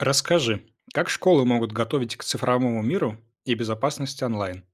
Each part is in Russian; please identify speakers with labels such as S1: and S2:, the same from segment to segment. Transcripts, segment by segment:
S1: Расскажи, как школы могут готовить к цифровому миру и безопасности онлайн?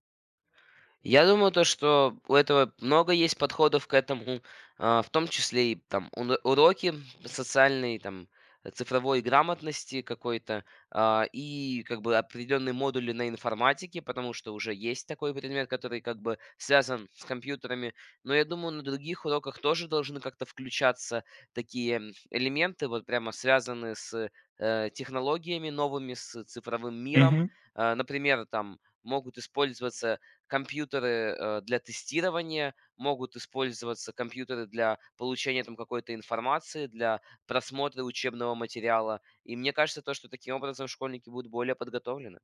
S2: Я думаю, то, что у этого много есть подходов к этому, в том числе и там уроки социальной, там, цифровой грамотности какой-то, и как бы определенные модули на информатике, потому что уже есть такой предмет, который как бы связан с компьютерами. Но я думаю, на других уроках тоже должны как-то включаться такие элементы, вот прямо связанные с технологиями новыми, с цифровым миром.
S1: Мгм.
S2: Например, там могут использоваться компьютеры, для тестирования, могут использоваться компьютеры для получения там какой-то информации, для просмотра учебного материала. И мне кажется, то, что таким образом школьники будут более подготовлены.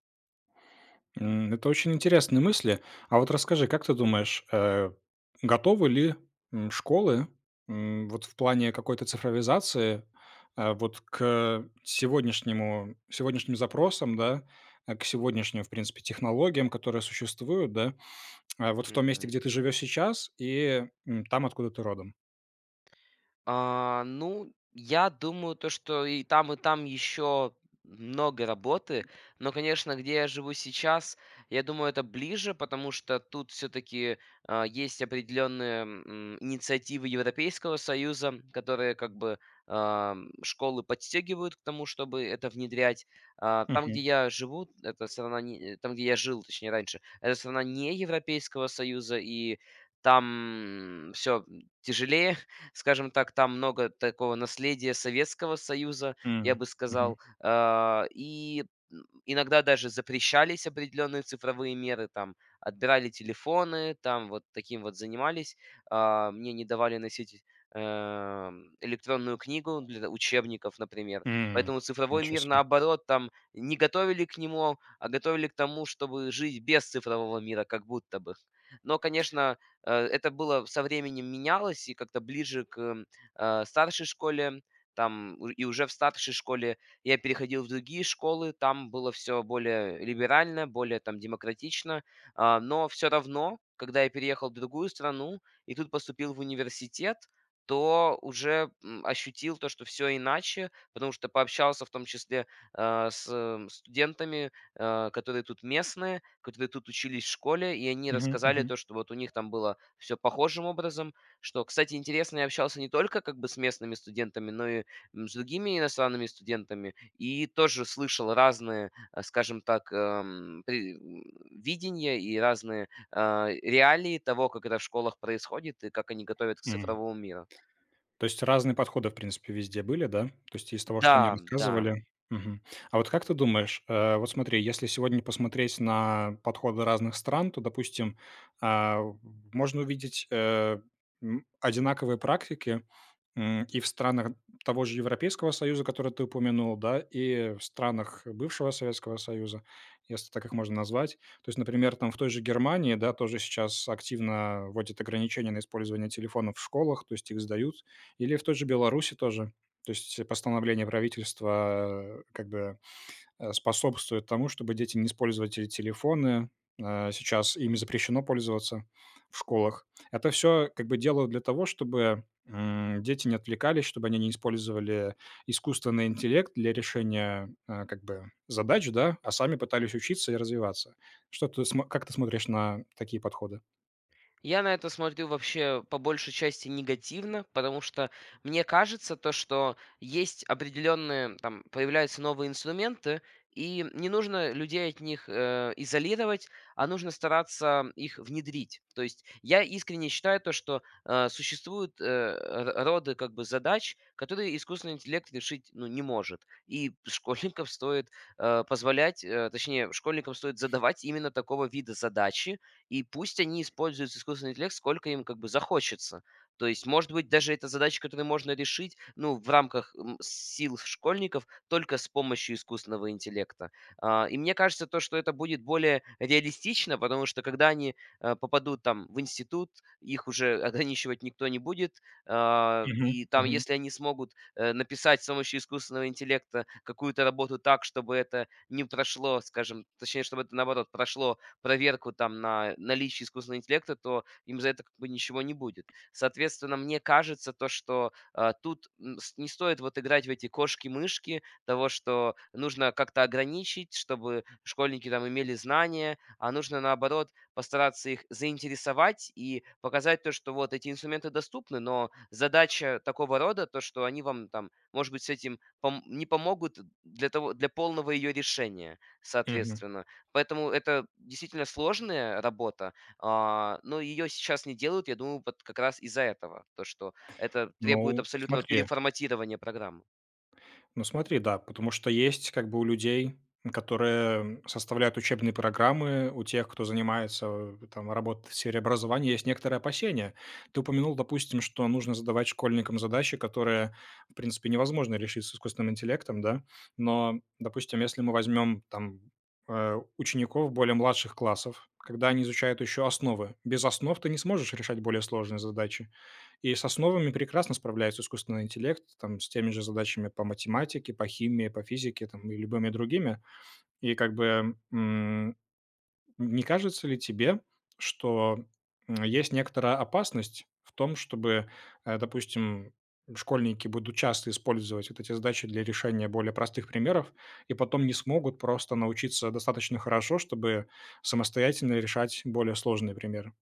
S1: Это очень интересные мысли. А вот расскажи, как ты думаешь, готовы ли школы, вот в плане какой-то цифровизации, вот к сегодняшнему, сегодняшним запросам, да, к сегодняшним, в принципе, технологиям, которые существуют, да, а вот в том месте,
S2: Мгм.
S1: где ты живешь сейчас и, там, откуда ты родом?
S2: Ну, я думаю, то, что и там еще много работы. Но, конечно, где я живу сейчас, я думаю, это ближе, потому что тут все-таки есть определенные инициативы Европейского Союза, которые как бы школы подстегивают к тому, чтобы это внедрять. Там, где
S1: Мгм.
S2: я живу, это страна, там, где я жил, точнее, раньше, это страна не Европейского Союза, и там все тяжелее, скажем так, там много такого наследия Советского Союза, я
S1: М,
S2: бы
S1: мгм.
S2: сказал. И иногда даже запрещались определенные цифровые меры, там отбирали телефоны, там вот таким вот занимались. Мне не давали носить электронную книгу для учебников, например.
S1: М,
S2: Поэтому цифровой
S1: Ничего
S2: мир,
S1: себе.
S2: наоборот, там не готовили к нему, а готовили к тому, чтобы жить без цифрового мира, как будто бы. Но, конечно, это было со временем менялось, и как-то ближе к старшей школе, там, у и уже в старшей школе я переходил в другие школы, там было все более либерально, более там демократично. Но все равно, когда я переехал в другую страну и тут поступил в университет, то уже, ощутил то, что все иначе, потому что пообщался в том числе, с студентами, которые тут местные, которые тут учились в школе, и они
S1: Мгм,
S2: рассказали то,
S1: мгм.
S2: что вот у них там было все похожим образом. Что, кстати, интересно, я общался не только как бы с местными студентами, но и, с другими иностранными студентами, и тоже слышал разные, скажем так, видения и разные, реалии того, как это в школах происходит и как они готовят к
S1: М.
S2: цифровому миру.
S1: То есть разные подходы, в принципе, везде были, да? То есть из того, что они
S2: Да, да.
S1: рассказывали. Мгм. А вот как ты думаешь, вот смотри, если сегодня посмотреть на подходы разных стран, то, допустим, а, можно увидеть одинаковые практики и в странах того же Европейского Союза, который ты упомянул, да, и в странах бывшего Советского Союза, если так их можно назвать. То есть, например, там в той же Германии, да, тоже сейчас активно вводят ограничения на использование телефонов в школах, то есть их сдают или в той же Беларуси тоже. То есть постановление правительства, как бы, способствует тому, чтобы дети не использовали те телефоны. Э, сейчас ими запрещено пользоваться в школах. Это все как бы делают для того, чтобы, дети не отвлекались, чтобы они не использовали искусственный интеллект для решения, как бы задач, да, а сами пытались учиться и развиваться. Что ты смо Как ты смотришь на такие подходы?
S2: Я на это смотрю вообще по большей части негативно, потому что мне кажется то, что есть определенные, там появляются новые инструменты, и не нужно людей от них изолировать, а нужно стараться их внедрить. То есть я искренне считаю то, что существуют роды как бы задач, которые искусственный интеллект решить ну, не может. И школьникам стоит позволять, точнее, школьникам стоит задавать именно такого вида задачи, и пусть они используют искусственный интеллект, сколько им как бы захочется. То есть, может быть, даже это задача, которую можно решить, ну, в рамках сил школьников только с помощью искусственного интеллекта. И мне кажется, то, что это будет более реалистично, потому что когда они попадут там в институт, их уже ограничивать никто не будет.
S1: Мгм,
S2: И там,
S1: мгм,
S2: если они смогут написать с помощью искусственного интеллекта какую-то работу так, чтобы это не прошло, скажем, точнее, чтобы это наоборот прошло проверку там на наличие искусственного интеллекта, то им за это как бы ничего не будет. Соответственно, мне кажется то, что тут не стоит вот играть в эти кошки-мышки того, что нужно как-то ограничить, чтобы школьники там имели знания, а нужно наоборот постараться их заинтересовать и показать то, что вот эти инструменты доступны, но задача такого рода, то, что они вам там, может быть, с этим не помогут для, того, для полного ее решения,
S1: мгм.
S2: соответственно. Поэтому это действительно сложная работа, но ее сейчас не делают, я думаю, вот как раз из-за этого, то, что это требует
S1: Ну,
S2: абсолютного
S1: смотри
S2: переформатирования программы.
S1: Ну смотри, да, потому что есть как бы у людей, которые составляют учебные программы, у тех, кто занимается там работой в сфере образования, есть некоторые опасения. Ты упомянул, допустим, что нужно задавать школьникам задачи, которые, в принципе, невозможно решить с искусственным интеллектом, да, но, допустим, если мы возьмем там учеников более младших классов, когда они изучают еще основы. Без основ ты не сможешь решать более сложные задачи. И с основами прекрасно справляется искусственный интеллект, там, с теми же задачами по математике, по химии, по физике, там, и любыми другими. И как бы, не кажется ли тебе, что, есть некоторая опасность в том, чтобы, допустим, школьники будут часто использовать вот эти задачи для решения более простых примеров и потом не смогут просто научиться достаточно хорошо, чтобы самостоятельно решать более сложные примеры?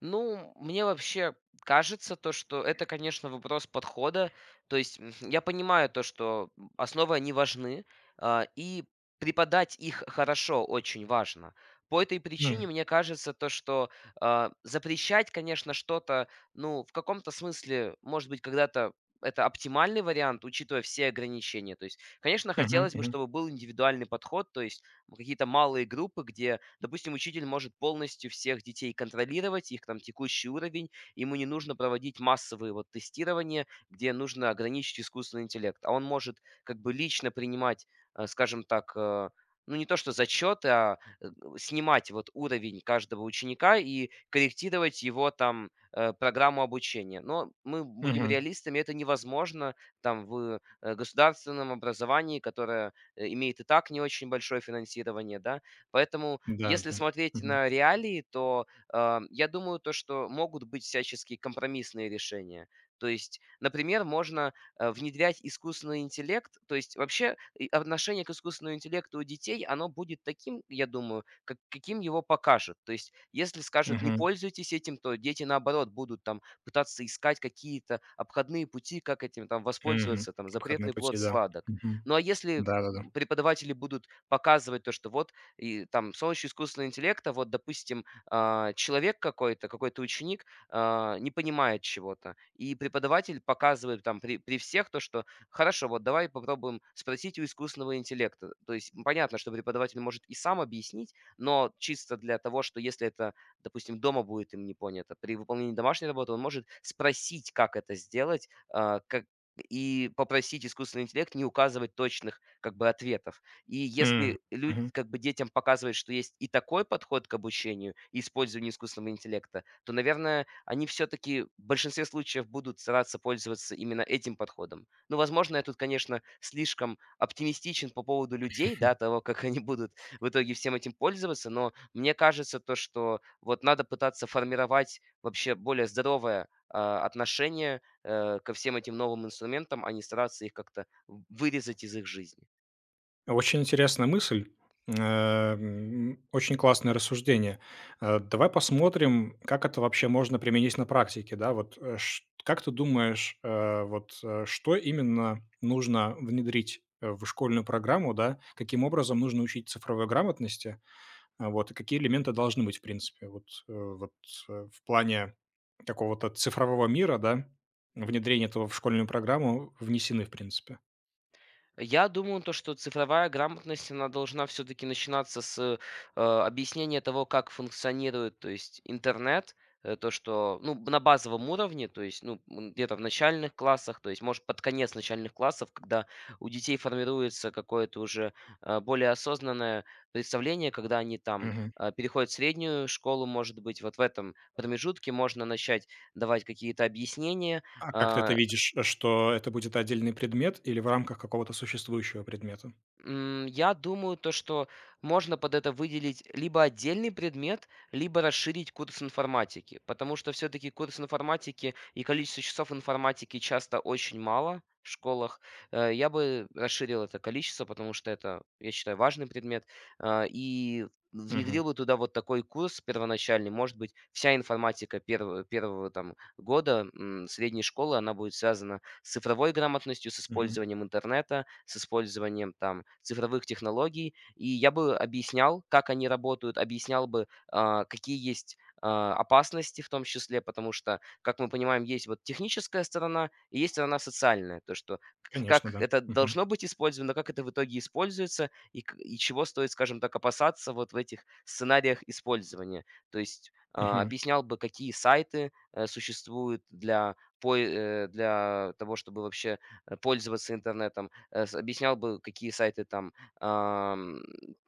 S2: Ну, мне вообще кажется то, что это, конечно, вопрос подхода. То есть я понимаю то, что основы, они важны, и преподать их хорошо очень важно. По этой причине
S1: М.
S2: мне кажется то, что запрещать, конечно, что-то, ну, в каком-то смысле, может быть, когда-то это оптимальный вариант, учитывая все ограничения. То есть, конечно,
S1: Мгм,
S2: хотелось бы,
S1: мгм,
S2: чтобы был индивидуальный подход, то есть какие-то малые группы, где, допустим, учитель может полностью всех детей контролировать, их там текущий уровень, ему не нужно проводить массовые вот тестирования, где нужно ограничить искусственный интеллект, а он может как бы лично принимать, скажем так, ну не то что зачеты, а снимать вот уровень каждого ученика и корректировать его там программу обучения. Но мы будем
S1: мгм.
S2: реалистами, это невозможно там в государственном образовании, которое имеет и так не очень большое финансирование, да. Поэтому,
S1: Да,
S2: если
S1: да.
S2: смотреть на реалии, то я думаю, то, что могут быть всяческие компромиссные решения. То есть, например, можно внедрять искусственный интеллект. То есть вообще и отношение к искусственному интеллекту у детей, оно будет таким, я думаю, каким его покажут. То есть если скажут, не
S1: Мгм,
S2: пользуйтесь этим, то дети, наоборот, будут там пытаться искать какие-то обходные пути, как этим там
S1: мгм.
S2: воспользоваться, там
S1: Обходные
S2: запретный плод
S1: пути, да.
S2: сладок.
S1: Мгм.
S2: Ну а если
S1: Да-да-да.
S2: преподаватели будут показывать то, что вот и там с помощью искусственного интеллекта, вот, допустим, человек какой-то, какой-то ученик не понимает чего-то, и преподаватель показывает там при всех то, что хорошо, вот давай попробуем спросить у искусственного интеллекта. То есть понятно, что преподаватель может и сам объяснить, но чисто для того, что если это, допустим, дома будет им не понято, при выполнении домашней работы он может спросить, как это сделать, и попросить искусственный интеллект не указывать точных как бы ответов. И
S1: М,
S2: если люди
S1: мгм.
S2: как бы детям показывают, что есть и такой подход к обучению и использованию искусственного интеллекта, то, наверное, они все-таки в большинстве случаев будут стараться пользоваться именно этим подходом. Ну, возможно, я тут, конечно, слишком оптимистичен по поводу людей, да, того, как они будут в итоге всем этим пользоваться, но мне кажется то, что вот надо пытаться формировать вообще более здоровое, отношение ко всем этим новым инструментам, а не стараться их как-то в вырезать из их жизни.
S1: Очень интересная мысль, очень классное рассуждение. А, давай посмотрим, как это вообще можно применить на практике, да. Вот, э, ш Как ты думаешь, что именно нужно внедрить, в школьную программу, да? Каким образом нужно учить цифровой грамотности? Вот, и какие элементы должны быть, в принципе, в плане какого-то цифрового мира, да, внедрение этого в школьную программу внесены, в принципе?
S2: Я думаю, то, что цифровая грамотность, она должна все-таки начинаться с объяснения того, как функционирует, то есть интернет, то, что, ну, на базовом уровне, то есть, ну, где-то в начальных классах, то есть, может, под конец начальных классов, когда у детей формируется какое-то уже более осознанное представление, когда они там
S1: Мгм.
S2: переходят в среднюю школу, может быть, вот в этом промежутке можно начать давать какие-то объяснения,
S1: А как ты это
S2: э,
S1: видишь, что это будет отдельный предмет или в рамках какого-то существующего предмета?
S2: я думаю, то, что можно под это выделить либо отдельный предмет, либо расширить курс информатики, потому что все-таки курс информатики и количество часов информатики часто очень мало в школах. Я бы расширил это количество, потому что это, я считаю, важный предмет, и
S1: Мгм.
S2: внедрил бы туда вот такой курс первоначальный. Может быть, вся информатика первого там, года средней школы, она будет связана с цифровой грамотностью, с
S1: Мгм.
S2: использованием интернета, с использованием там цифровых технологий. И я бы объяснял, как они работают, объяснял бы, какие есть опасности в том числе, потому что, как мы понимаем, есть вот техническая сторона и есть сторона социальная, то, что
S1: Конечно,
S2: как
S1: да.
S2: это
S1: Мгм.
S2: должно быть использовано, как это в итоге используется и, и чего стоит, скажем так, опасаться вот в этих сценариях использования. То есть
S1: Мгм.
S2: объяснял бы, какие сайты существуют для для того, чтобы вообще, пользоваться интернетом, э, с объяснял бы, какие сайты там, ам,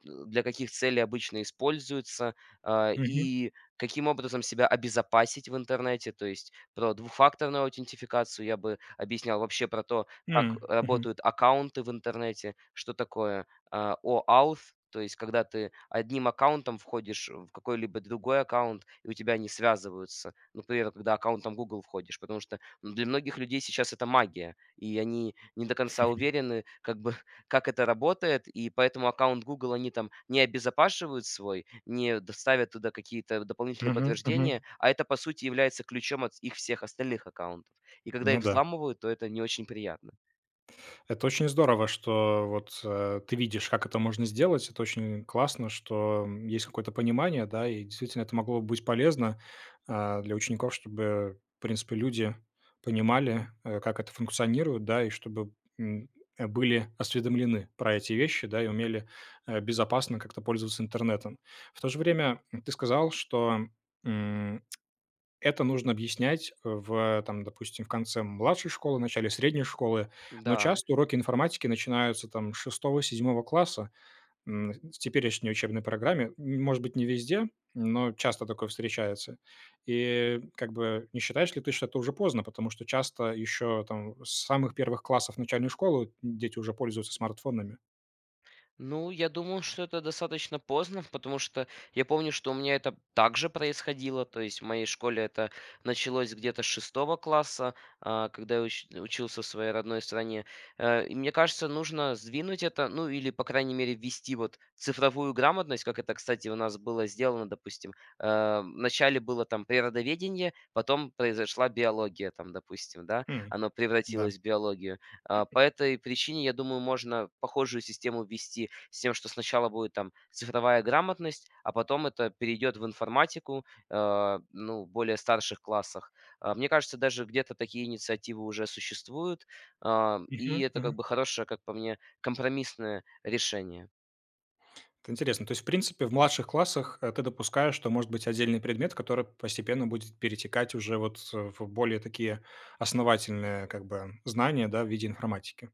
S2: для каких целей обычно используются,
S1: Мгм.
S2: и каким образом себя обезопасить в интернете. То есть про двухфакторную аутентификацию я бы объяснял, вообще про то, как
S1: М. Мгм.
S2: работают аккаунты в интернете, что такое, OAuth. То есть когда ты одним аккаунтом входишь в какой-либо другой аккаунт, и у тебя они связываются. Ну Например, когда аккаунтом Google входишь, потому что но для многих людей сейчас это магия, и они не до конца уверены, как бы, как это работает, и поэтому аккаунт Google они там не обезопашивают свой, не доставят туда какие-то дополнительные
S1: Мгм.
S2: подтверждения,
S1: Мгм.
S2: а это, по сути, является ключом от их всех остальных аккаунтов. И когда их
S1: Ну да.
S2: взламывают, то это не очень приятно.
S1: Это очень здорово, что вот, ты видишь, как это можно сделать. Это очень классно, что, есть какое-то понимание, да, и действительно это могло бы быть полезно, для учеников, чтобы, в принципе, люди понимали, как это функционирует, да, и чтобы, м, были осведомлены про эти вещи, да, и умели, безопасно как-то пользоваться интернетом. В то же время, ты сказал, что это нужно объяснять в, там, допустим, в конце младшей школы, начале средней школы, но
S2: Да.
S1: часто уроки информатики начинаются там с 6-7 класса. В теперешней учебной программе, может быть, не везде, но часто такое встречается. И как бы не считаешь ли ты, что это уже поздно? Потому что часто еще там с самых первых классов начальной школы дети уже пользуются смартфонами.
S2: Ну, я думаю, что это достаточно поздно, потому что я помню, что у меня это также происходило. То есть в моей школе это началось где-то с шестого класса, когда я учился в своей родной стране. И мне кажется, нужно сдвинуть это, ну или, по крайней мере, ввести вот цифровую грамотность, как это, кстати, у нас было сделано, допустим. Вначале было там природоведение, потом произошла биология, там, допустим, да,
S1: М,
S2: оно
S1: да.
S2: превратилось в биологию. По этой причине, я думаю, можно похожую систему ввести с тем, что сначала будет там цифровая грамотность, а потом это перейдет в информатику, ну, в более старших классах. Мне кажется, даже где-то такие инициативы уже существуют, и
S1: Мгм,
S2: это как
S1: мгм.
S2: бы хорошее, как по мне, компромиссное решение.
S1: Это интересно. То есть, в принципе, в младших классах, ты допускаешь, что может быть отдельный предмет, который постепенно будет перетекать уже вот, в более такие основательные, как бы, знания, да, в виде информатики.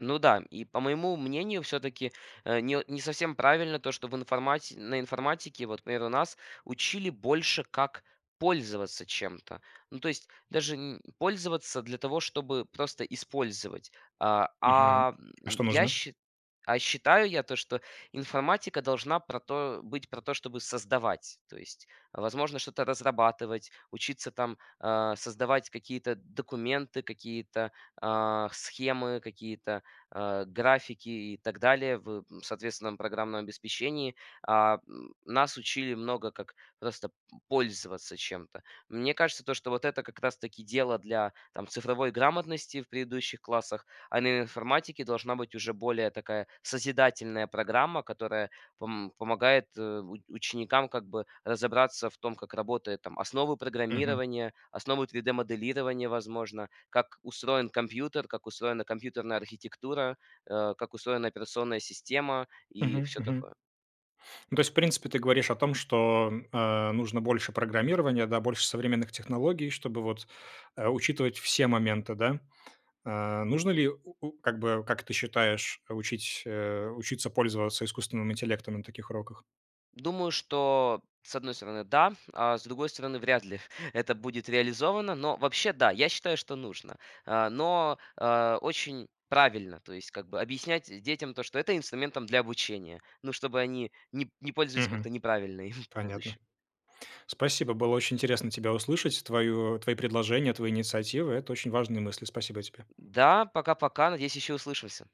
S2: Ну да, и по моему мнению, все-таки не совсем правильно то, что в на информатике, вот, например, у нас учили больше, как пользоваться чем-то. Ну, то есть даже пользоваться для того, чтобы просто использовать. А,
S1: Мгм.
S2: а, м,
S1: А что
S2: я
S1: нужно?
S2: считаю, а считаю я то, что информатика должна быть про то, чтобы создавать. То есть, возможно, что-то разрабатывать, учиться там создавать какие-то документы, какие-то схемы, какие-то графики и так далее в соответственном программном обеспечении. Нас учили много как просто пользоваться чем-то. Мне кажется, то, что вот это как раз-таки дело для там, цифровой грамотности в предыдущих классах, а на информатике должна быть уже более такая созидательная программа, которая помогает ученикам как бы разобраться в том, как работает там основы
S1: Мгм.
S2: программирования, основы 3D-моделирования, возможно, как устроен компьютер, как устроена компьютерная архитектура, как устроена операционная система и
S1: Мгм,
S2: все
S1: мгм.
S2: такое.
S1: Ну, то есть, в принципе, ты говоришь о том, что, нужно больше программирования, да, больше современных технологий, чтобы вот, учитывать все моменты, да? Нужно ли, у как бы, как ты считаешь, учиться пользоваться искусственным интеллектом на таких уроках?
S2: Думаю, что, с одной стороны, да, а с другой стороны, вряд ли это будет реализовано. Но вообще, да, я считаю, что нужно. Но, очень правильно, то есть как бы объяснять детям то, что это инструментом для обучения, ну, чтобы они не пользовались как-то
S1: Мгм.
S2: неправильно им в
S1: Понятно.
S2: будущем.
S1: Спасибо, было очень интересно тебя услышать, твою твои предложения, твои инициативы. Это очень важные мысли. Спасибо тебе.
S2: Да, пока-пока. Надеюсь, еще услышимся.